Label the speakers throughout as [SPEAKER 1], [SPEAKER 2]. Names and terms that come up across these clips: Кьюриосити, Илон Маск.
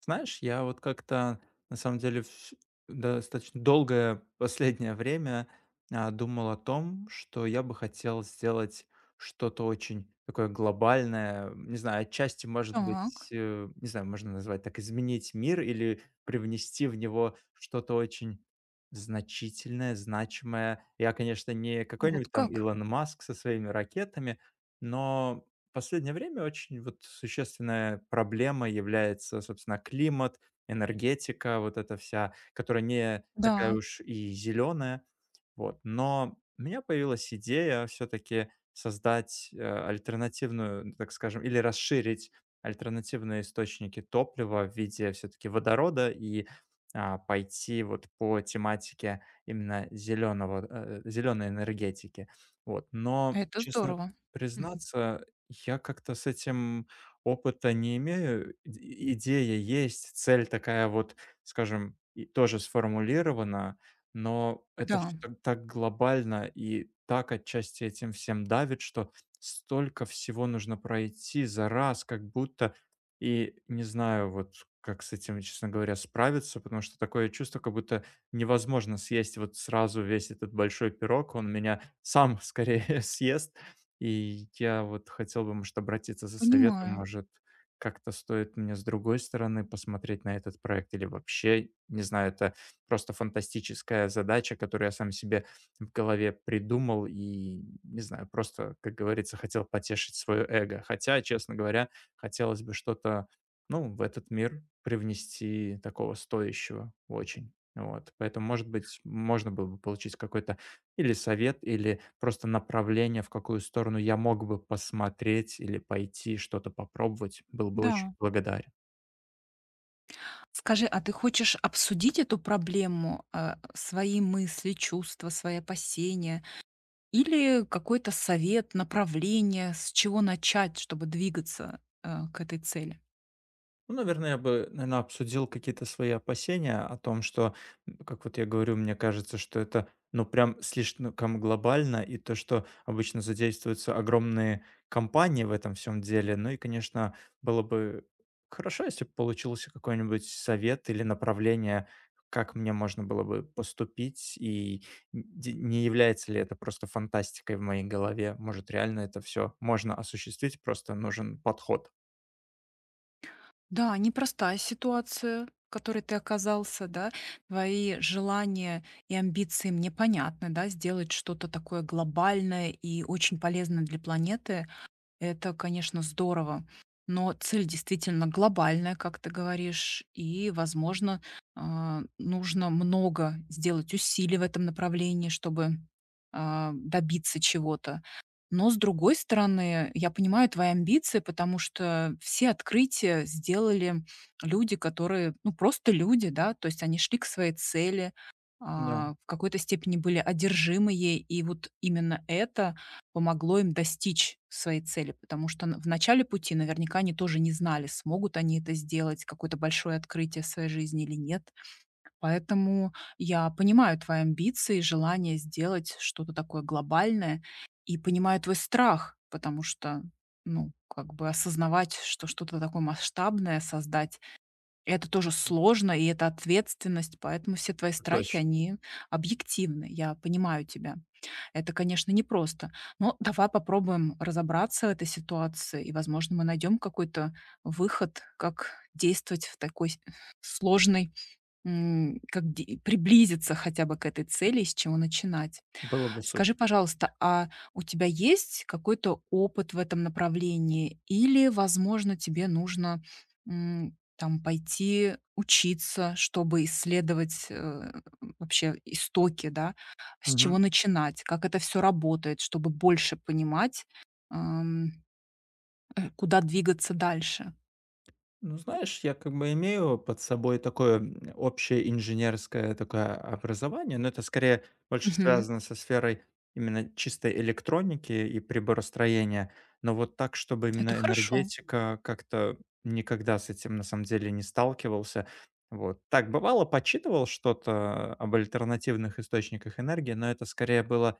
[SPEAKER 1] Знаешь, я вот как-то на самом деле достаточно долгое последнее время думал о том, что я бы хотел сделать что-то очень такое глобальное. Не знаю, отчасти, может быть,
[SPEAKER 2] Так,
[SPEAKER 1] не знаю, можно назвать так, изменить мир или привнести в него что-то очень значительное, значимое. Я, конечно, не
[SPEAKER 2] вот
[SPEAKER 1] какой-нибудь там
[SPEAKER 2] как.
[SPEAKER 1] Илон Маск со своими ракетами, но в последнее время очень вот существенная проблема является, собственно, климат, энергетика, вот эта вся, которая не такая
[SPEAKER 2] Да,
[SPEAKER 1] уж и зеленая. Вот. Но у меня появилась идея все-таки создать альтернативную, ну, так скажем, или расширить альтернативные источники топлива в виде все-таки водорода и пойти вот по тематике зеленой энергетики. Вот. Но,
[SPEAKER 2] это
[SPEAKER 1] честно
[SPEAKER 2] здорово. Мгм.
[SPEAKER 1] признаться, я как-то с этим опыта не имею. Идея есть, цель такая вот, скажем, и тоже сформулирована, но это
[SPEAKER 2] Да,
[SPEAKER 1] все так глобально и так отчасти этим всем давит, что столько всего нужно пройти за раз, как будто и не знаю, вот как с этим, честно говоря, справиться, потому что такое чувство, как будто невозможно съесть вот сразу весь этот большой пирог, он меня сам скорее съест. И я вот хотел бы, может, обратиться за советом,
[SPEAKER 2] понимаю.
[SPEAKER 1] может, как-то стоит мне с другой стороны посмотреть на этот проект или вообще, не знаю, это просто фантастическая задача, которую я сам себе в голове придумал и, не знаю, просто, как говорится, хотел потешить свое эго. Хотя, честно говоря, хотелось бы что-то, ну, в этот мир привнести такого стоящего очень. Вот, поэтому, может быть, можно было бы получить какой-то или совет, или просто направление, в какую сторону я мог бы посмотреть или пойти, что-то попробовать. Был бы очень
[SPEAKER 2] Да.
[SPEAKER 1] благодарен.
[SPEAKER 2] Скажи, а ты хочешь обсудить эту проблему, свои мысли, чувства, свои опасения или какой-то совет, направление, с чего начать, чтобы двигаться, к этой цели?
[SPEAKER 1] Ну, наверное, обсудил какие-то свои опасения о том, что, как вот я говорю, мне кажется, что это, ну, прям слишком глобально, и то, что обычно задействуются огромные компании в этом всем деле. Ну и, конечно, было бы хорошо, если бы получился какой-нибудь совет или направление, как мне можно было бы поступить, и не является ли это просто фантастикой в моей голове. Может, реально это все можно осуществить, просто нужен подход.
[SPEAKER 2] Да, непростая ситуация, в которой ты оказался, да. Твои желания и амбиции мне понятны, да, сделать что-то такое глобальное и очень полезное для планеты. Это, конечно, здорово, но цель действительно глобальная, как ты говоришь, и, возможно, нужно много сделать усилий в этом направлении, чтобы добиться чего-то. Но, с другой стороны, я понимаю твои амбиции, потому что все открытия сделали люди, которые, ну, просто люди, да, то есть они шли к своей цели,
[SPEAKER 1] Да.
[SPEAKER 2] в какой-то степени были одержимы ей, и вот именно это помогло им достичь своей цели. Потому что н в начале пути наверняка они тоже не знали, смогут они это сделать, какое-то большое открытие в своей жизни или нет. Поэтому я понимаю твои амбиции, желание сделать что-то такое глобальное и понимаю твой страх, потому что, ну, как бы осознавать, что что-то такое масштабное создать, это тоже сложно, и это ответственность, поэтому все твои страхи,
[SPEAKER 1] Точно.
[SPEAKER 2] они объективны. Я понимаю тебя. Это, конечно, непросто. Но давай попробуем разобраться в этой ситуации, и, возможно, мы найдем какой-то выход, как действовать в такой сложной, как приблизиться хотя бы к этой цели, и с чего начинать.
[SPEAKER 1] Было бы супер.
[SPEAKER 2] Скажи, пожалуйста, а у тебя есть какой-то опыт в этом направлении? Или, возможно, тебе нужно, там пойти учиться, чтобы исследовать, вообще истоки, да? С чего
[SPEAKER 1] Мгм.
[SPEAKER 2] начинать? Как это все работает, чтобы больше понимать, ам, куда двигаться дальше?
[SPEAKER 1] Ну, знаешь, я как бы имею под собой такое общее инженерское такое образование, но это скорее больше
[SPEAKER 2] Мгм.
[SPEAKER 1] связано со сферой именно чистой электроники и приборостроения. Но вот так, чтобы
[SPEAKER 2] Это
[SPEAKER 1] именно
[SPEAKER 2] хорошо,
[SPEAKER 1] энергетика, как-то никогда с этим на самом деле не сталкивался. Вот. Так, бывало, подсчитывал что-то об альтернативных источниках энергии, но это скорее было,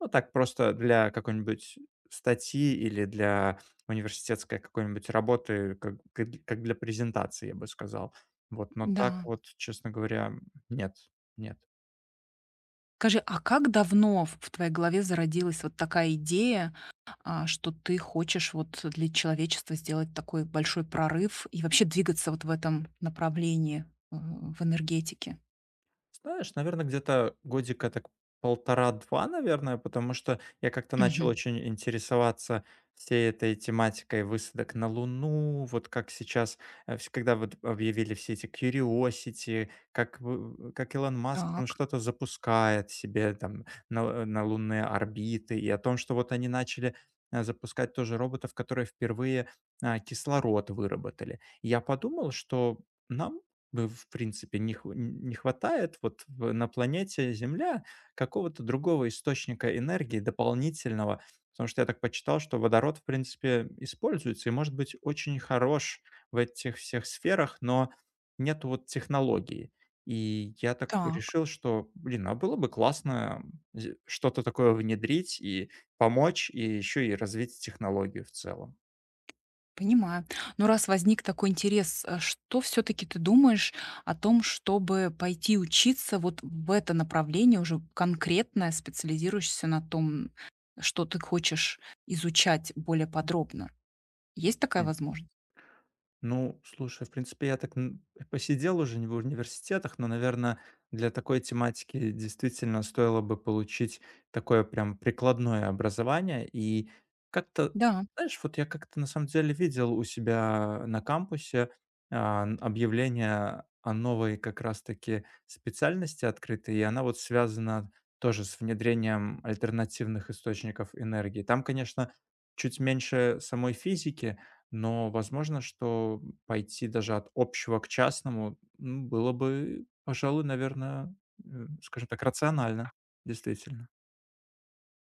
[SPEAKER 1] ну, так просто для какой-нибудь статьи или для университетской какой-нибудь работы, как для презентации, я бы сказал. Вот, но так
[SPEAKER 2] да.
[SPEAKER 1] вот, честно говоря, нет, нет.
[SPEAKER 2] Скажи, а как давно в твоей голове зародилась вот такая идея, что ты хочешь вот для человечества сделать такой большой прорыв и вообще двигаться вот в этом направлении, в энергетике.
[SPEAKER 1] Знаешь, наверное, где-то годика так полтора два наверное, потому что я как-то начал
[SPEAKER 2] Мгм.
[SPEAKER 1] очень интересоваться всей этой тематикой высадок на Луну. Вот как сейчас, э, вс когда вот объявили все эти «Кьюриосити», как Илон Маск там
[SPEAKER 2] Так,
[SPEAKER 1] что-то запускает себе там на лунные орбиты, и о том, что вот они начали, запускать тоже роботов, которые впервые, кислород выработали. Я подумал, что нам бы, в принципе, не хватает вот на планете Земля какого-то другого источника энергии дополнительного, потому что я так почитал, что водород, в принципе, используется и может быть очень хорош в этих всех сферах, но нет вот технологии. И я так
[SPEAKER 2] так,
[SPEAKER 1] решил, что, блин, а было бы классно что-то такое внедрить и помочь, и еще и развить технологию в целом.
[SPEAKER 2] понимаю. Но раз возник такой интерес, а что все-таки ты думаешь о том, чтобы пойти учиться вот в это направление уже конкретно, специализируешься на том, что ты хочешь изучать более подробно? Есть такая возможность?
[SPEAKER 1] Ну, слушай, в принципе, я так посидел уже не в университетах, но, наверное, для такой тематики действительно стоило бы получить такое прям прикладное образование. И как-то,
[SPEAKER 2] Да.
[SPEAKER 1] знаешь, вот я как-то на самом деле видел у себя на кампусе объявление о новой как раз-таки специальности открытой, и она вот связана тоже с внедрением альтернативных источников энергии. Там, конечно, чуть меньше самой физики, но возможно, что пойти даже от общего к частному, было бы, пожалуй, наверное, скажем так, рационально, действительно.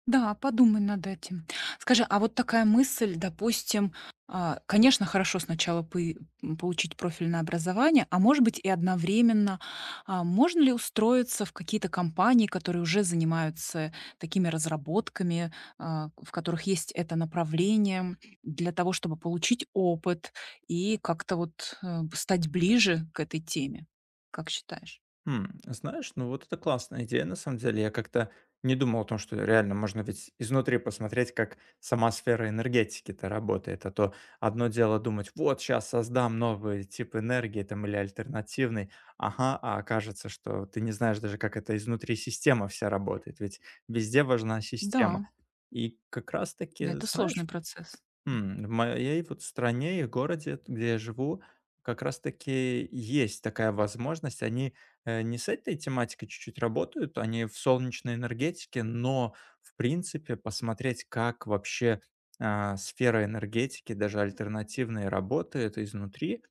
[SPEAKER 2] Да, подумай над этим. Скажи, а вот такая мысль, допустим, конечно, хорошо сначала получить профильное образование, а может быть и одновременно, можно ли устроиться в какие-то компании, которые уже занимаются такими разработками, в которых есть это направление, для того, чтобы получить опыт и как-то вот стать ближе к этой теме? Как считаешь?
[SPEAKER 1] Знаешь, ну вот это классная идея, на самом деле. Я как-то не думал о том, что реально можно ведь изнутри посмотреть, как сама сфера энергетики-то работает. А то одно дело думать, вот сейчас создам новый тип энергии там или альтернативный, ага, а окажется, что ты не знаешь даже, как это изнутри система вся работает, ведь везде важна
[SPEAKER 2] Да,
[SPEAKER 1] система. И как раз-таки,
[SPEAKER 2] да, это сложный
[SPEAKER 1] знаешь.
[SPEAKER 2] процесс.
[SPEAKER 1] В моей вот стране и в городе, где я живу, как раз таки есть такая возможность. Они, не с этой тематикой чуть-чуть работают, они в солнечной энергетике, но, в принципе, посмотреть, как вообще, сфера энергетики, даже альтернативные, работает изнутри.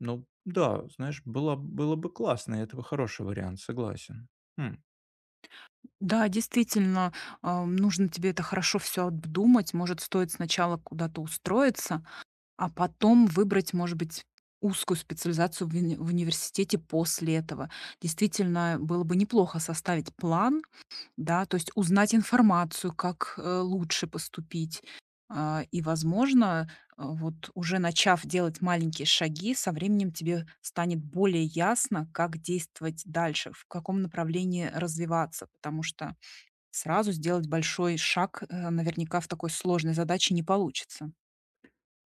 [SPEAKER 1] Ну да, знаешь, было бы классно, и это бы хороший вариант, согласен. М.
[SPEAKER 2] Да, действительно, нужно тебе это хорошо все обдумать. Может, стоит сначала куда-то устроиться, а потом выбрать, может быть, узкую специализацию в, в университете после этого. Действительно, было бы неплохо составить план, да, то есть узнать информацию, как лучше поступить. И, возможно, вот уже начав делать маленькие шаги, со временем тебе станет более ясно, как действовать дальше, в каком направлении развиваться, потому что сразу сделать большой шаг, наверняка в такой сложной задаче не получится.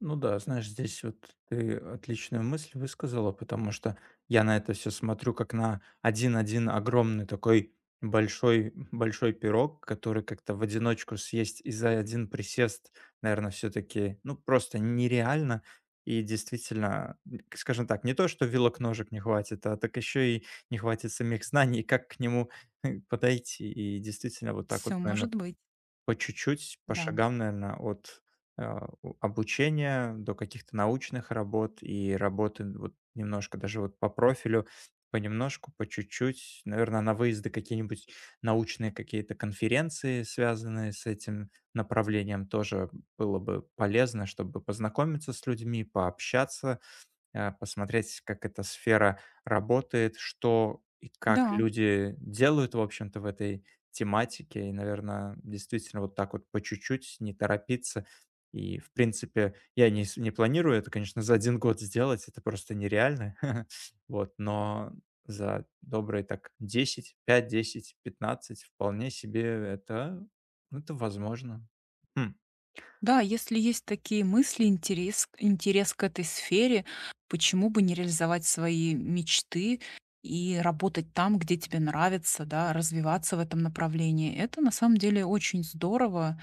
[SPEAKER 1] Ну да, знаешь, здесь вот ты отличную мысль высказала, потому что я на это все смотрю как на один-один огромный такой большой, большой пирог, который как-то в одиночку съесть и за один присест, наверное, все-таки, ну, просто нереально. И действительно, скажем так, не то, что вилок ножек не хватит, а так еще и не хватит самих знаний, как к нему подойти. И действительно, вот так вот,
[SPEAKER 2] Все
[SPEAKER 1] наверное,
[SPEAKER 2] может быть.
[SPEAKER 1] по чуть-чуть, по
[SPEAKER 2] Да,
[SPEAKER 1] шагам, наверное, у обучения до каких-то научных работ и работы вот немножко даже вот по профилю, понемножку, по чуть-чуть, наверное, на выезды какие-нибудь, научные какие-то конференции, связанные с этим направлением, тоже было бы полезно, чтобы познакомиться с людьми, пообщаться, посмотреть, как эта сфера работает, что и как
[SPEAKER 2] да,
[SPEAKER 1] люди делают, в общем-то, в этой тематике. И, наверное, действительно вот так вот по чуть-чуть, не торопиться. И, в принципе, я не, с- не планирую это, конечно, за один год сделать, это просто нереально. Вот, но за добрые так 10, 5, 10, 15 вполне себе это, ну, это возможно. Хм.
[SPEAKER 2] да, если есть такие мысли, интерес, интерес к этой сфере, почему бы не реализовать свои мечты и работать там, где тебе нравится, да, развиваться в этом направлении. Это на самом деле очень здорово,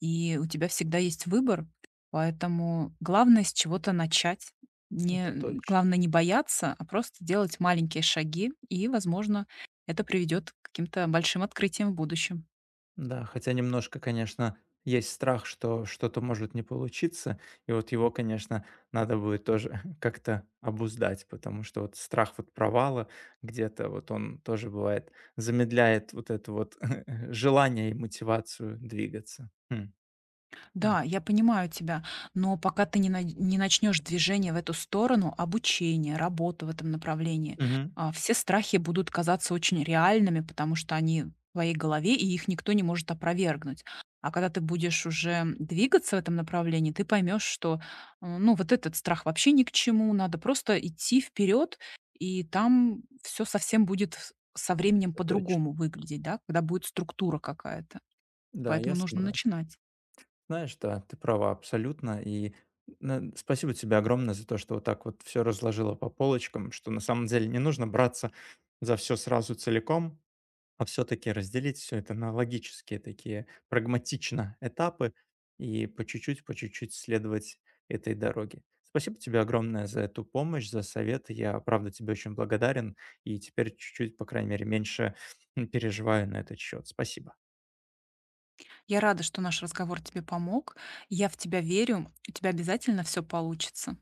[SPEAKER 2] и у тебя всегда есть выбор. Поэтому главное с чего-то начать. Не,
[SPEAKER 1] Это точно.
[SPEAKER 2] главное не бояться, а просто делать маленькие шаги, и, возможно, это приведет к каким-то большим открытиям в будущем.
[SPEAKER 1] Да, хотя немножко, конечно, есть страх, что что-то может не получиться, и вот его, конечно, надо будет тоже как-то обуздать, потому что вот страх вот провала где-то, вот он тоже бывает, замедляет вот это вот желание и мотивацию двигаться. М, м.
[SPEAKER 2] Да, я понимаю тебя, но пока ты не, не начнешь движение в эту сторону, обучение, работу в этом направлении,
[SPEAKER 1] Мгм.
[SPEAKER 2] все страхи будут казаться очень реальными, потому что они в твоей голове, и их никто не может опровергнуть. А когда ты будешь уже двигаться в этом направлении, ты поймешь, что ну, вот этот страх вообще ни к чему, надо просто идти вперед, и там все совсем будет со временем
[SPEAKER 1] Это точно.
[SPEAKER 2] по-другому выглядеть, да, когда будет структура какая-то.
[SPEAKER 1] Да,
[SPEAKER 2] Поэтому
[SPEAKER 1] я
[SPEAKER 2] нужно
[SPEAKER 1] согласен.
[SPEAKER 2] начинать.
[SPEAKER 1] Знаешь, да, ты права абсолютно. И спасибо тебе огромное за то, что вот так вот все разложила по полочкам, что на самом деле не нужно браться за все сразу целиком, а все-таки разделить все это на логические такие прагматично этапы и по чуть-чуть следовать этой дороге. Спасибо тебе огромное за эту помощь, за совет. Я, правда, тебе очень благодарен и теперь чуть-чуть, по крайней мере, меньше, переживаю на этот счет. Спасибо.
[SPEAKER 2] Я рада, что наш разговор тебе помог. Я в тебя верю, у тебя обязательно все получится.